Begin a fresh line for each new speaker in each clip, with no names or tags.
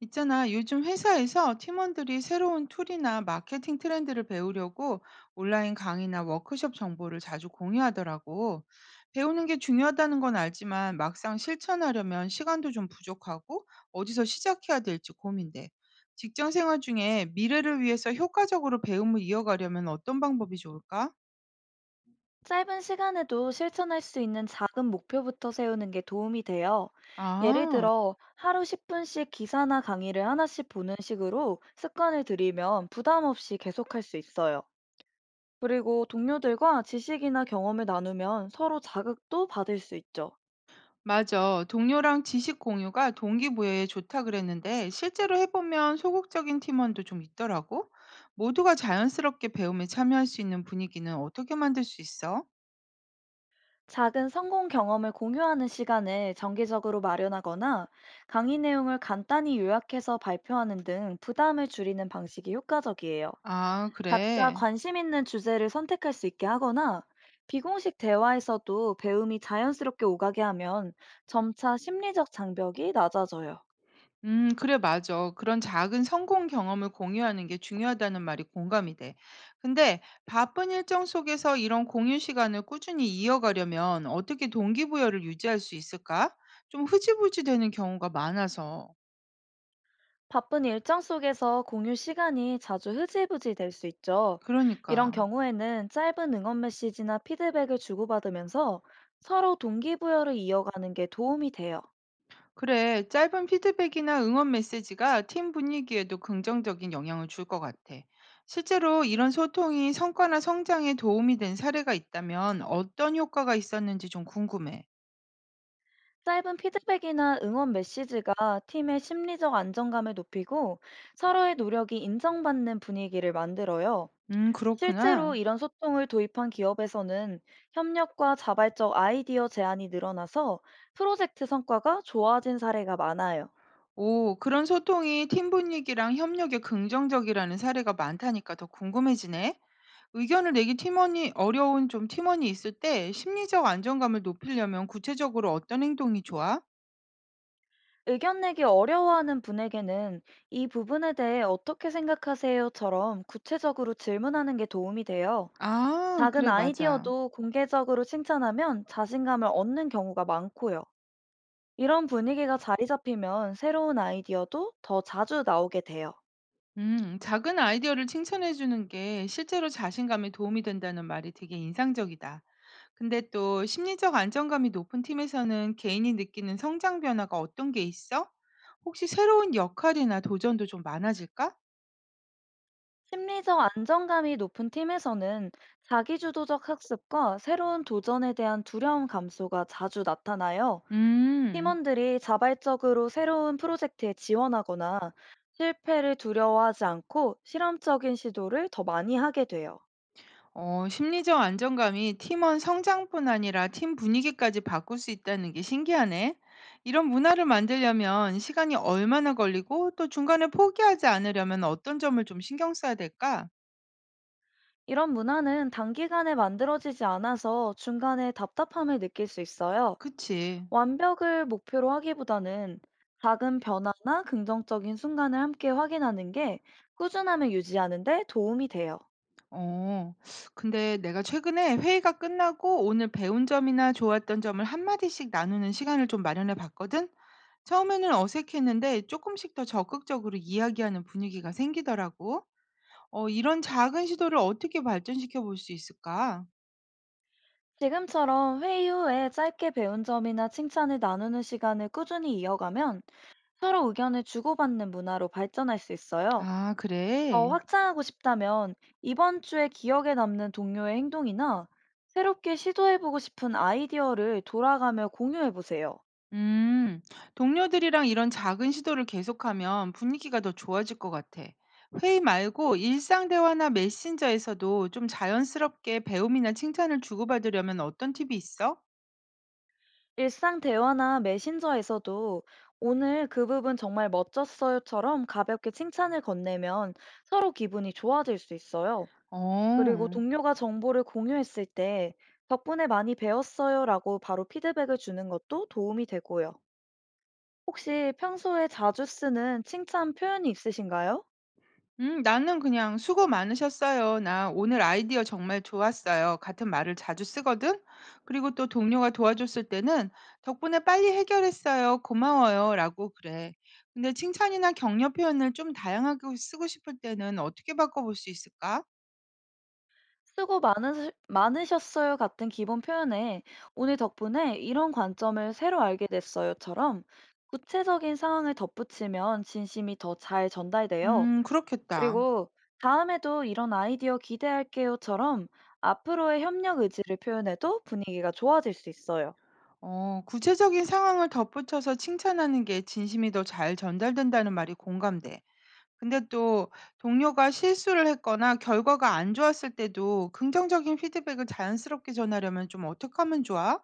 있잖아, 요즘 회사에서 팀원들이 새로운 툴이나 마케팅 트렌드를 배우려고 온라인 강의나 워크숍 정보를 자주 공유하더라고. 배우는 게 중요하다는 건 알지만 막상 실천하려면 시간도 좀 부족하고 어디서 시작해야 될지 고민돼. 직장 생활 중에 미래를 위해서 효과적으로 배움을 이어가려면 어떤 방법이 좋을까?
짧은 시간에도 실천할 수 있는 작은 목표부터 세우는 게 도움이 돼요. 예를
아.
들어, 하루 10분씩 기사나 강의를 하나씩 보는 식으로 습관을 들이면 부담 없이 계속할 수 있어요. 그리고 동료들과 지식이나 경험을 나누면 서로 자극도 받을 수 있죠.
맞아. 동료랑 지식 공유가 동기부여에 좋다 그랬는데 실제로 해보면 소극적인 팀원도 좀 있더라고. 모두가 자연스럽게 배움에 참여할 수 있는 분위기는 어떻게 만들 수 있어?
작은 성공 경험을 공유하는 시간을 정기적으로 마련하거나 강의 내용을 간단히 요약해서 발표하는 등 부담을 줄이는 방식이 효과적이에요.
아,
각자
그래.
관심 있는 주제를 선택할 수 있게 하거나 비공식 대화에서도 배움이 자연스럽게 오가게 하면 점차 심리적 장벽이 낮아져요.
그래, 맞아. 그런 작은 성공 경험을 공유하는 게 중요하다는 말이 공감이 돼. 근데 바쁜 일정 속에서 이런 공유 시간을 꾸준히 이어가려면 어떻게 동기부여를 유지할 수 있을까? 좀 흐지부지 되는 경우가 많아서.
바쁜 일정 속에서 공유 시간이 자주 흐지부지 될 수 있죠. 이런
그러니까.
경우에는 짧은 응원 메시지나 피드백을 주고받으면서 서로 동기부여를 이어가는 게 도움이 돼요.
그래, 짧은 피드백이나 응원 메시지가 팀 분위기에도 긍정적인 영향을 줄 것 같아. 실제로 이런 소통이 성과나 성장에 도움이 된 사례가 있다면 어떤 효과가 있었는지 좀 궁금해.
짧은 피드백이나 응원 메시지가 팀의 심리적 안정감을 높이고 서로의 노력이 인정받는 분위기를 만들어요.
그렇구나.
실제로 이런 소통을 도입한 기업에서는 협력과 자발적 아이디어 제안이 늘어나서 프로젝트 성과가 좋아진 사례가 많아요.
오, 그런 소통이 팀 분위기랑 협력에 긍정적이라는 사례가 많다니까 더 궁금해지네. 의견을 내기 팀원이 어려운 좀 팀원이 있을 때 심리적 안정감을 높이려면 구체적으로 어떤 행동이 좋아?
의견 내기 어려워하는 분에게는 이 부분에 대해 어떻게 생각하세요?처럼 구체적으로 질문하는 게 도움이 돼요.
아,
작은
그래, 맞아.
아이디어도 공개적으로 칭찬하면 자신감을 얻는 경우가 많고요. 이런 분위기가 자리 잡히면 새로운 아이디어도 더 자주 나오게 돼요.
작은 아이디어를 칭찬해 주는 게 실제로 자신감에 도움이 된다는 말이 되게 인상적이다. 근데 또 심리적 안정감이 높은 팀에서는 개인이 느끼는 성장 변화가 어떤 게 있어? 혹시 새로운 역할이나 도전도 좀 많아질까?
심리적 안정감이 높은 팀에서는 자기주도적 학습과 새로운 도전에 대한 두려움 감소가 자주 나타나요.
음,
팀원들이 자발적으로 새로운 프로젝트에 지원하거나 실패를 두려워하지 않고 실험적인 시도를 더 많이 하게 돼요.
심리적 안정감이 팀원 성장뿐 아니라 팀 분위기까지 바꿀 수 있다는 게 신기하네. 이런 문화를 만들려면 시간이 얼마나 걸리고 또 중간에 포기하지 않으려면 어떤 점을 좀 신경 써야 될까?
이런 문화는 단기간에 만들어지지 않아서 중간에 답답함을 느낄 수 있어요.
그치.
완벽을 목표로 하기보다는 작은 변화나 긍정적인 순간을 함께 확인하는 게 꾸준함을 유지하는 데 도움이 돼요.
어. 근데 내가 최근에 회의가 끝나고 오늘 배운 점이나 좋았던 점을 한마디씩 나누는 시간을 좀 마련해 봤거든? 처음에는 어색했는데 조금씩 더 적극적으로 이야기하는 분위기가 생기더라고. 이런 작은 시도를 어떻게 발전시켜 볼 수 있을까?
지금처럼 회의 후에 짧게 배운 점이나 칭찬을 나누는 시간을 꾸준히 이어가면 서로 의견을 주고받는 문화로 발전할 수 있어요.
아,
더
그래.
확장하고 싶다면 이번 주에 기억에 남는 동료의 행동이나 새롭게 시도해보고 싶은 아이디어를 돌아가며 공유해보세요.
음, 동료들이랑 이런 작은 시도를 계속하면 분위기가 더 좋아질 것 같아. 회의 말고 일상 대화나 메신저에서도 좀 자연스럽게 배움이나 칭찬을 주고받으려면 어떤 팁이 있어?
일상 대화나 메신저에서도 오늘 그 부분 정말 멋졌어요처럼 가볍게 칭찬을 건네면 서로 기분이 좋아질 수 있어요. 그리고
어.
동료가 정보를 공유했을 때 덕분에 많이 배웠어요라고 바로 피드백을 주는 것도 도움이 되고요. 혹시 평소에 자주 쓰는 칭찬 표현이 있으신가요?
나는 그냥 "수고 많으셨어요." 나 "오늘 아이디어 정말 좋았어요." 같은 말을 자주 쓰거든. 그리고 또 동료가 도와줬을 때는 "덕분에 빨리 해결했어요. 고마워요."라고 그래. 근데 칭찬이나 격려 표현을 좀 다양하게 쓰고 싶을 때는 어떻게 바꿔볼 수 있을까?
많으셨어요 같은 기본 표현에 오늘 덕분에 이런 관점을 새로 알게 됐어요처럼 구체적인 상황을 덧붙이면 진심이 더 잘 전달돼요.
그렇겠다.
그리고 다음에도 이런 아이디어 기대할게요처럼 앞으로의 협력 의지를 표현해도 분위기가 좋아질 수 있어요.
구체적인 상황을 덧붙여서 칭찬하는 게 진심이 더 잘 전달된다는 말이 공감돼. 근데 또 동료가 실수를 했거나 결과가 안 좋았을 때도 긍정적인 피드백을 자연스럽게 전하려면 좀 어떻게 하면 좋아?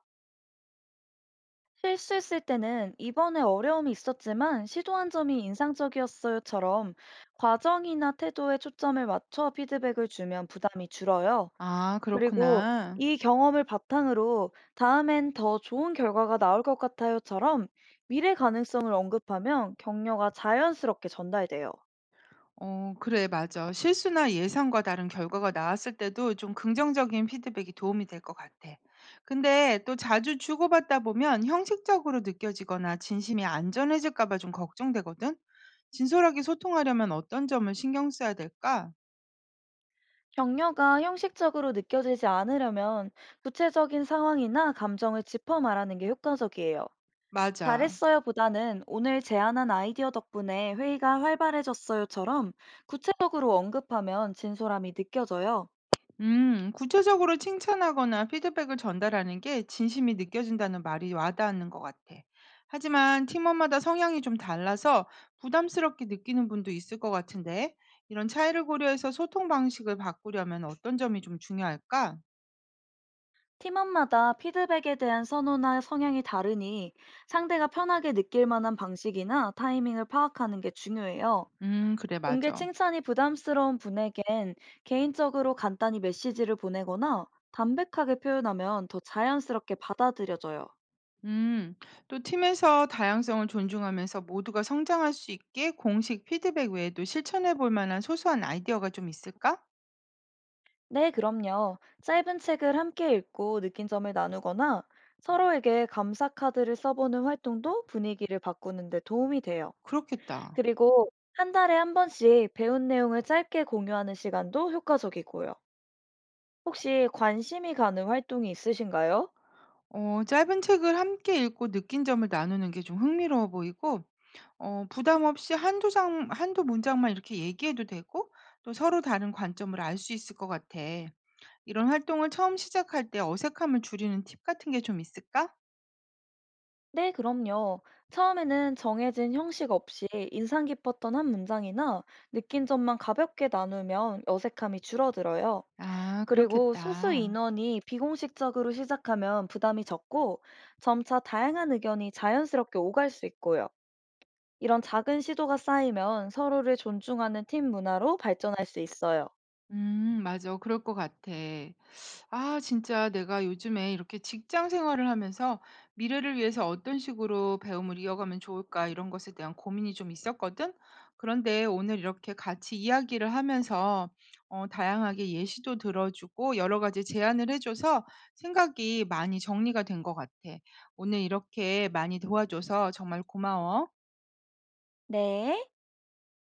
실수했을 때는 이번에 어려움이 있었지만 시도한 점이 인상적이었어요처럼 과정이나 태도에 초점을 맞춰 피드백을 주면 부담이 줄어요.
아,
그리고
그렇구나.
"이 경험을 바탕으로 다음엔 더 좋은 결과가 나올 것 같아요."처럼 미래 가능성을 언급하면 격려가 자연스럽게 전달돼요.
어, 그래, 맞아. 실수나 예상과 다른 결과가 나왔을 때도 좀 긍정적인 피드백이 도움이 될 것 같아. 근데 또 자주 주고받다 보면 형식적으로 느껴지거나 진심이 안 전해질까 봐 좀 걱정되거든? 진솔하게 소통하려면 어떤 점을 신경 써야 될까?
격려가 형식적으로 느껴지지 않으려면 구체적인 상황이나 감정을 짚어 말하는 게 효과적이에요.
맞아.
"잘했어요."보다는 "오늘 제안한 아이디어 덕분에 회의가 활발해졌어요."처럼 구체적으로 언급하면 진솔함이 느껴져요.
구체적으로 칭찬하거나 피드백을 전달하는 게 진심이 느껴진다는 말이 와닿는 것 같아. 하지만 팀원마다 성향이 좀 달라서 부담스럽게 느끼는 분도 있을 것 같은데, 이런 차이를 고려해서 소통 방식을 바꾸려면 어떤 점이 좀 중요할까?
팀원마다 피드백에 대한 선호나 성향이 다르니 상대가 편하게 느낄 만한 방식이나 타이밍을 파악하는 게 중요해요.
그래,
공개
맞아.
칭찬이 부담스러운 분에겐 개인적으로 간단히 메시지를 보내거나 담백하게 표현하면 더 자연스럽게 받아들여져요.
음, 또 팀에서 다양성을 존중하면서 모두가 성장할 수 있게 공식 피드백 외에도 실천해 볼 만한 소소한 아이디어가 좀 있을까?
네, 그럼요. 짧은 책을 함께 읽고 느낀 점을 나누거나 서로에게 감사 카드를 써보는 활동도 분위기를 바꾸는 데 도움이 돼요.
그렇겠다.
그리고 한 달에 한 번씩 배운 내용을 짧게 공유하는 시간도 효과적이고요. 혹시 관심이 가는 활동이 있으신가요?
짧은 책을 함께 읽고 느낀 점을 나누는 게 좀 흥미로워 보이고 부담 없이 한두 장 한두 문장만 이렇게 얘기해도 되고 또 서로 다른 관점을 알 수 있을 것 같아. 이런 활동을 처음 시작할 때 어색함을 줄이는 팁 같은 게 좀 있을까?
네, 그럼요. 처음에는 정해진 형식 없이 인상 깊었던 한 문장이나 느낀 점만 가볍게 나누면 어색함이 줄어들어요.
아
그리고 소수
그렇겠다.
인원이 비공식적으로 시작하면 부담이 적고 점차 다양한 의견이 자연스럽게 오갈 수 있고요. 이런 작은 시도가 쌓이면 서로를 존중하는 팀 문화로 발전할 수 있어요.
맞아. 그럴 것 같아. 아, 진짜 내가 요즘에 이렇게 직장 생활을 하면서 미래를 위해서 어떤 식으로 배움을 이어가면 좋을까 이런 것에 대한 고민이 좀 있었거든. 그런데 오늘 이렇게 같이 이야기를 하면서 다양하게 예시도 들어주고 여러 가지 제안을 해줘서 생각이 많이 정리가 된 것 같아. 오늘 이렇게 많이 도와줘서 정말 고마워.
네.